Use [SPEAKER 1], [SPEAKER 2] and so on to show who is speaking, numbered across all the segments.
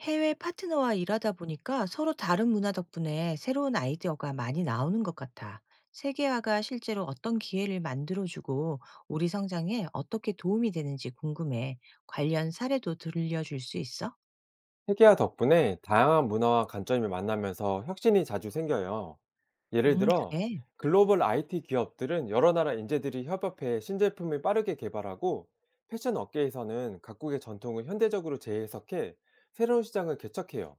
[SPEAKER 1] 해외 파트너와 일하다 보니까 서로 다른 문화 덕분에 새로운 아이디어가 많이 나오는 것 같아. 세계화가 실제로 어떤 기회를 만들어주고 우리 성장에 어떻게 도움이 되는지 궁금해. 관련 사례도 들려줄 수 있어?
[SPEAKER 2] 세계화 덕분에 다양한 문화와 관점이 만나면서 혁신이 자주 생겨요. 예를 들어,
[SPEAKER 1] 그래.
[SPEAKER 2] 글로벌 IT 기업들은 여러 나라 인재들이 협업해 신제품을 빠르게 개발하고, 패션 업계에서는 각국의 전통을 현대적으로 재해석해 새로운 시장을 개척해요.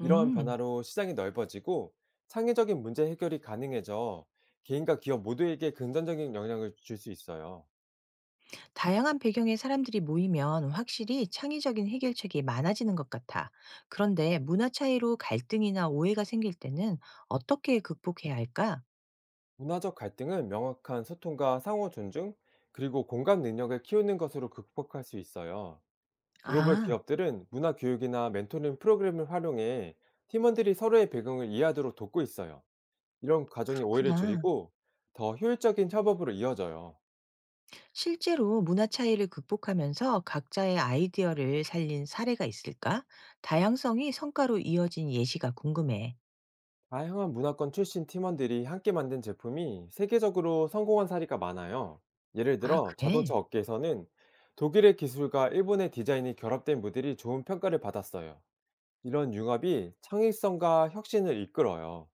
[SPEAKER 2] 이러한 변화로 시장이 넓어지고, 창의적인 문제 해결이 가능해져 개인과 기업 모두에게 긍정적인 영향을 줄 수 있어요.
[SPEAKER 1] 다양한 배경의 사람들이 모이면 확실히 창의적인 해결책이 많아지는 것 같아. 그런데 문화 차이로 갈등이나 오해가 생길 때는 어떻게 극복해야 할까?
[SPEAKER 2] 문화적 갈등은 명확한 소통과 상호 존중, 그리고 공감 능력을 키우는 것으로 극복할 수 있어요. 글로벌
[SPEAKER 1] 아,
[SPEAKER 2] 기업들은 문화 교육이나 멘토링 프로그램을 활용해 팀원들이 서로의 배경을 이해하도록 돕고 있어요. 이런 과정이 오해를
[SPEAKER 1] 그렇구나.
[SPEAKER 2] 줄이고 더 효율적인 협업으로 이어져요.
[SPEAKER 1] 실제로 문화 차이를 극복하면서 각자의 아이디어를 살린 사례가 있을까? 다양성이 성과로 이어진 예시가 궁금해.
[SPEAKER 2] 다양한 문화권 출신 팀원들이 함께 만든 제품이 세계적으로 성공한 사례가 많아요. 예를
[SPEAKER 1] 아,
[SPEAKER 2] 들어 자동차
[SPEAKER 1] 그래?
[SPEAKER 2] 업계에서는 독일의 기술과 일본의 디자인이 결합된 모델이 좋은 평가를 받았어요. 이런 융합이 창의성과 혁신을 이끌어요.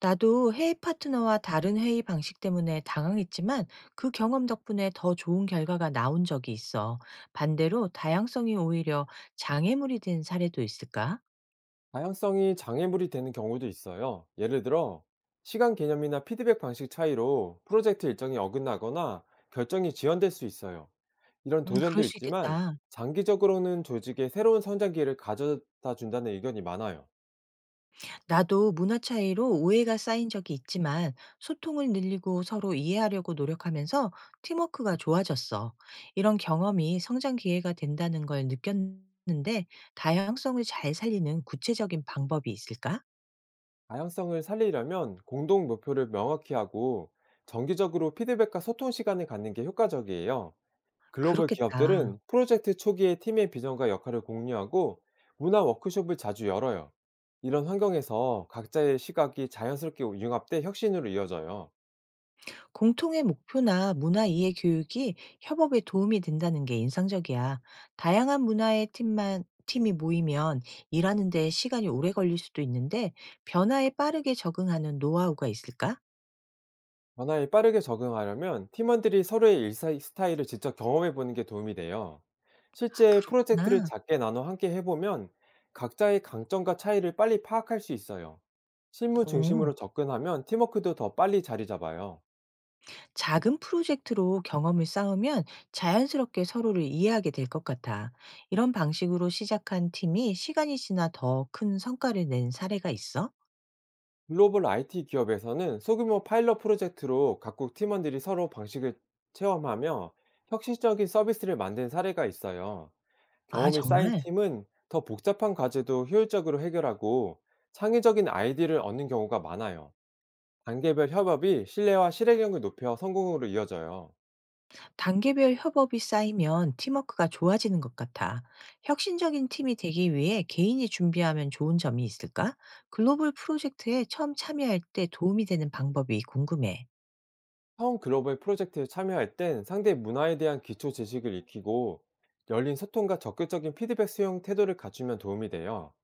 [SPEAKER 1] 나도 회의 파트너와 다른 회의 방식 때문에 당황했지만 그 경험 덕분에 더 좋은 결과가 나온 적이 있어. 반대로 다양성이 오히려 장애물이 된 사례도 있을까?
[SPEAKER 2] 다양성이 장애물이 되는 경우도 있어요. 예를 들어, 시간 개념이나 피드백 방식 차이로 프로젝트 일정이 어긋나거나 결정이 지연될 수 있어요. 이런
[SPEAKER 1] 그럴
[SPEAKER 2] 도전도
[SPEAKER 1] 수
[SPEAKER 2] 있지만,
[SPEAKER 1] 있겠다.
[SPEAKER 2] 장기적으로는 조직에 새로운 성장 기회를 가져다 준다는 의견이 많아요.
[SPEAKER 1] 나도 문화 차이로 오해가 쌓인 적이 있지만 소통을 늘리고 서로 이해하려고 노력하면서 팀워크가 좋아졌어. 이런 경험이 성장 기회가 된다는 걸 느꼈는데 다양성을 잘 살리는 구체적인 방법이 있을까?
[SPEAKER 2] 다양성을 살리려면 공동 목표를 명확히 하고, 정기적으로 피드백과 소통 시간을 갖는 게 효과적이에요. 글로벌
[SPEAKER 1] 그렇겠다.
[SPEAKER 2] 기업들은 프로젝트 초기에 팀의 비전과 역할을 공유하고 문화 워크숍을 자주 열어요. 이런 환경에서 각자의 시각이 자연스럽게 융합돼 혁신으로 이어져요.
[SPEAKER 1] 공통의 목표나 문화 이해 교육이 협업에 도움이 된다는 게 인상적이야. 다양한 문화의 팀만 팀이 모이면 일하는데 시간이 오래 걸릴 수도 있는데 변화에 빠르게 적응하는 노하우가 있을까?
[SPEAKER 2] 변화에 빠르게 적응하려면 팀원들이 서로의 일사 스타일을 직접 경험해 보는 게 도움이 돼요. 실제 프로젝트를
[SPEAKER 1] 그렇구나.
[SPEAKER 2] 작게 나눠 함께 해보면 각자의 강점과 차이를 빨리 파악할 수 있어요. 실무
[SPEAKER 1] 어.
[SPEAKER 2] 중심으로 접근하면 팀워크도 더 빨리 자리 잡아요.
[SPEAKER 1] 작은 프로젝트로 경험을 쌓으면 자연스럽게 서로를 이해하게 될 것 같아. 이런 방식으로 시작한 팀이 시간이 지나 더 큰 성과를 낸 사례가 있어?
[SPEAKER 2] 글로벌 IT 기업에서는 소규모 파일럿 프로젝트로 각국 팀원들이 서로 방식을 체험하며 혁신적인 서비스를 만든 사례가 있어요.
[SPEAKER 1] 아,
[SPEAKER 2] 경험이 쌓인
[SPEAKER 1] 정말?
[SPEAKER 2] 팀은 더 복잡한 과제도 효율적으로 해결하고 창의적인 아이디를 얻는 경우가 많아요. 단계별 협업이 신뢰와 실행력을 높여 성공으로 이어져요.
[SPEAKER 1] 단계별 협업이 쌓이면 팀워크가 좋아지는 것 같아. 혁신적인 팀이 되기 위해 개인이 준비하면 좋은 점이 있을까? 글로벌 프로젝트에 처음 참여할 때 도움이 되는 방법이 궁금해.
[SPEAKER 2] 처음 글로벌 프로젝트에 참여할 땐 상대 문화에 대한 기초 지식을 익히고 열린 소통과 적극적인 피드백 수용 태도를 갖추면 도움이 돼요.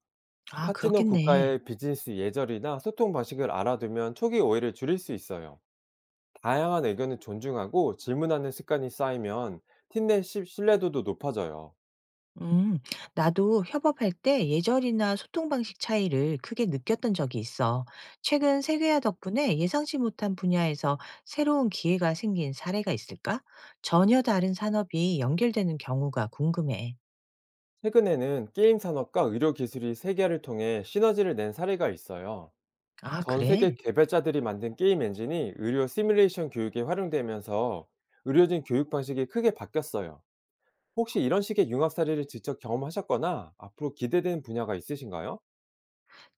[SPEAKER 1] 아,
[SPEAKER 2] 파트너
[SPEAKER 1] 그렇겠네.
[SPEAKER 2] 국가의 비즈니스 예절이나 소통 방식을 알아두면 초기 오해를 줄일 수 있어요. 다양한 의견을 존중하고 질문하는 습관이 쌓이면 팀 내 신뢰도도 높아져요.
[SPEAKER 1] 음, 나도 협업할 때 예절이나 소통 방식 차이를 크게 느꼈던 적이 있어. 최근 세계화 덕분에 예상치 못한 분야에서 새로운 기회가 생긴 사례가 있을까? 전혀 다른 산업이 연결되는 경우가 궁금해.
[SPEAKER 2] 최근에는 게임 산업과 의료 기술이 세계화를 통해 시너지를 낸 사례가 있어요.
[SPEAKER 1] 아,
[SPEAKER 2] 전 세계
[SPEAKER 1] 그래?
[SPEAKER 2] 개발자들이 만든 게임 엔진이 의료 시뮬레이션 교육에 활용되면서 의료진 교육 방식이 크게 바뀌었어요. 혹시 이런 식의 융합 사례를 직접 경험하셨거나 앞으로 기대되는 분야가 있으신가요?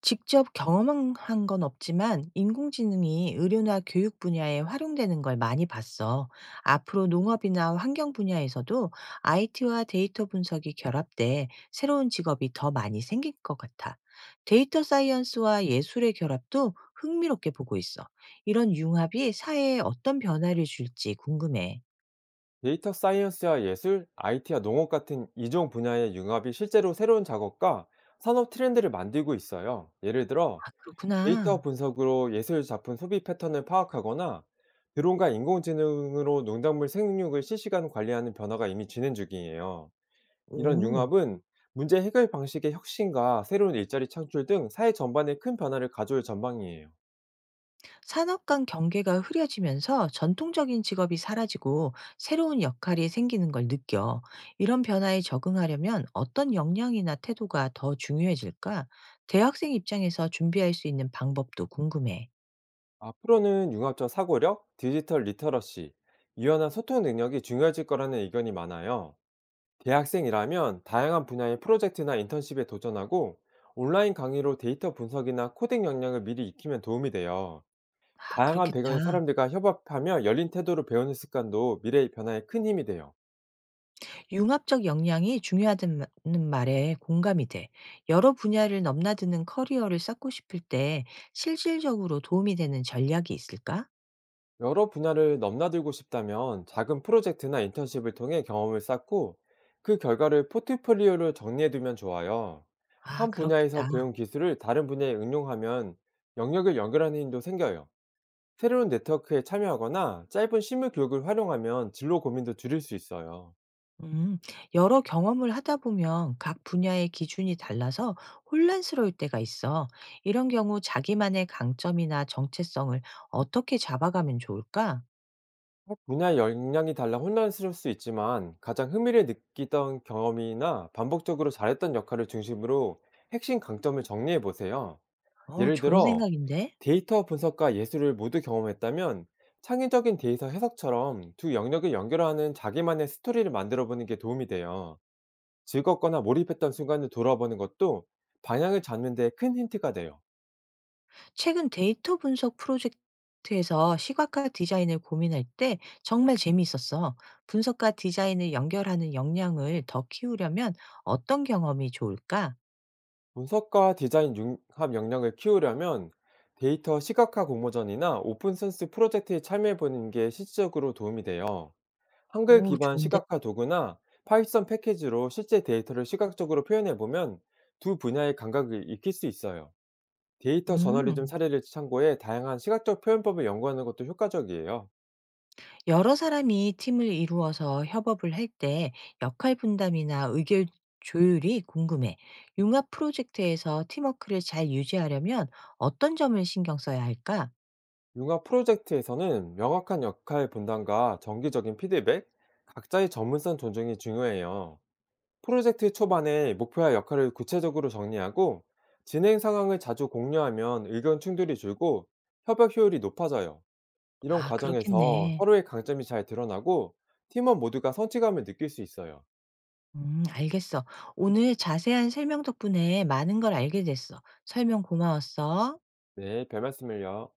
[SPEAKER 1] 직접 경험한 건 없지만 인공지능이 의료나 교육 분야에 활용되는 걸 많이 봤어. 앞으로 농업이나 환경 분야에서도 IT와 데이터 분석이 결합돼 새로운 직업이 더 많이 생길 것 같아. 데이터 사이언스와 예술의 결합도 흥미롭게 보고 있어. 이런 융합이 사회에 어떤 변화를 줄지 궁금해.
[SPEAKER 2] 데이터 사이언스와 예술, IT와 농업 같은 이종 분야의 융합이 실제로 새로운 작업과 산업 트렌드를 만들고 있어요. 예를 들어
[SPEAKER 1] 아,
[SPEAKER 2] 데이터
[SPEAKER 1] 그렇구나.
[SPEAKER 2] 분석으로 예술 작품 소비 패턴을 파악하거나 드론과 인공지능으로 농작물 생육을 실시간 관리하는 변화가 이미 진행 중이에요. 이런
[SPEAKER 1] 오.
[SPEAKER 2] 융합은 문제 해결 방식의 혁신과 새로운 일자리 창출 등 사회 전반에 큰 변화를 가져올 전망이에요.
[SPEAKER 1] 산업 간 경계가 흐려지면서 전통적인 직업이 사라지고 새로운 역할이 생기는 걸 느껴. 이런 변화에 적응하려면 어떤 역량이나 태도가 더 중요해질까? 대학생 입장에서 준비할 수 있는 방법도 궁금해.
[SPEAKER 2] 앞으로는 융합적 사고력, 디지털 리터러시, 유연한 소통 능력이 중요해질 거라는 의견이 많아요. 대학생이라면 다양한 분야의 프로젝트나 인턴십에 도전하고 온라인 강의로 데이터 분석이나 코딩 역량을 미리 익히면 도움이 돼요.
[SPEAKER 1] 아,
[SPEAKER 2] 다양한 배경의
[SPEAKER 1] 그렇겠다.
[SPEAKER 2] 사람들과 협업하며 열린 태도로 배우는 습관도 미래의 변화에 큰 힘이 돼요.
[SPEAKER 1] 융합적 역량이 중요하다는 말에 공감이 돼. 여러 분야를 넘나드는 커리어를 쌓고 싶을 때 실질적으로 도움이 되는 전략이 있을까?
[SPEAKER 2] 여러 분야를 넘나들고 싶다면 작은 프로젝트나 인턴십을 통해 경험을 쌓고 그 결과를 포트폴리오로 정리해두면 좋아요.
[SPEAKER 1] 아,
[SPEAKER 2] 한
[SPEAKER 1] 그렇겠다.
[SPEAKER 2] 분야에서 배운 기술을 다른 분야에 응용하면 영역을 연결하는 힘도 생겨요. 새로운 네트워크에 참여하거나 짧은 실무 교육을 활용하면 진로 고민도 줄일 수 있어요.
[SPEAKER 1] 음, 여러 경험을 하다 보면 각 분야의 기준이 달라서 혼란스러울 때가 있어. 이런 경우 자기만의 강점이나 정체성을 어떻게 잡아가면 좋을까?
[SPEAKER 2] 분야 역량이 달라 혼란스러울 수 있지만 가장 흥미를 느끼던 경험이나 반복적으로 잘했던 역할을 중심으로 핵심 강점을 정리해 보세요.
[SPEAKER 1] 어,
[SPEAKER 2] 예를
[SPEAKER 1] 좋은
[SPEAKER 2] 들어
[SPEAKER 1] 생각인데?
[SPEAKER 2] 데이터 분석과 예술을 모두 경험했다면 창의적인 데이터 해석처럼 두 영역을 연결하는 자기만의 스토리를 만들어 보는 게 도움이 돼요. 즐겁거나 몰입했던 순간을 돌아보는 것도 방향을 잡는 데 큰 힌트가 돼요.
[SPEAKER 1] 최근 데이터 분석 프로젝트에서 시각화 디자인을 고민할 때 정말 재미있었어. 분석과 디자인을 연결하는 역량을 더 키우려면 어떤 경험이 좋을까?
[SPEAKER 2] 분석과 디자인 융합 역량을 키우려면 데이터 시각화 공모전이나 오픈센스 프로젝트에 참여해 보는 게 실질적으로 도움이 돼요. 한글
[SPEAKER 1] 오,
[SPEAKER 2] 기반
[SPEAKER 1] 좋은데?
[SPEAKER 2] 시각화 도구나 파이썬 패키지로 실제 데이터를 시각적으로 표현해 보면 두 분야의 감각을 익힐 수 있어요. 데이터 저널리즘
[SPEAKER 1] 음.
[SPEAKER 2] 사례를 참고해 다양한 시각적 표현법을 연구하는 것도 효과적이에요.
[SPEAKER 1] 여러 사람이 팀을 이루어서 협업을 할 때 역할 분담이나 의견 조율이 궁금해. 융합 프로젝트에서 팀워크를 잘 유지하려면 어떤 점을 신경 써야 할까?
[SPEAKER 2] 융합 프로젝트에서는 명확한 역할 분담과 정기적인 피드백, 각자의 전문성 존중이 중요해요. 프로젝트 초반에 목표와 역할을 구체적으로 정리하고 진행 상황을 자주 공유하면 의견 충돌이 줄고 협약 효율이 높아져요. 이런
[SPEAKER 1] 아,
[SPEAKER 2] 과정에서
[SPEAKER 1] 그렇겠네.
[SPEAKER 2] 서로의 강점이 잘 드러나고 팀원 모두가 성취감을 느낄 수 있어요.
[SPEAKER 1] 알겠어. 오늘 자세한 설명 덕분에 많은 걸 알게 됐어. 설명 고마웠어.
[SPEAKER 2] 네, 별 말씀을요.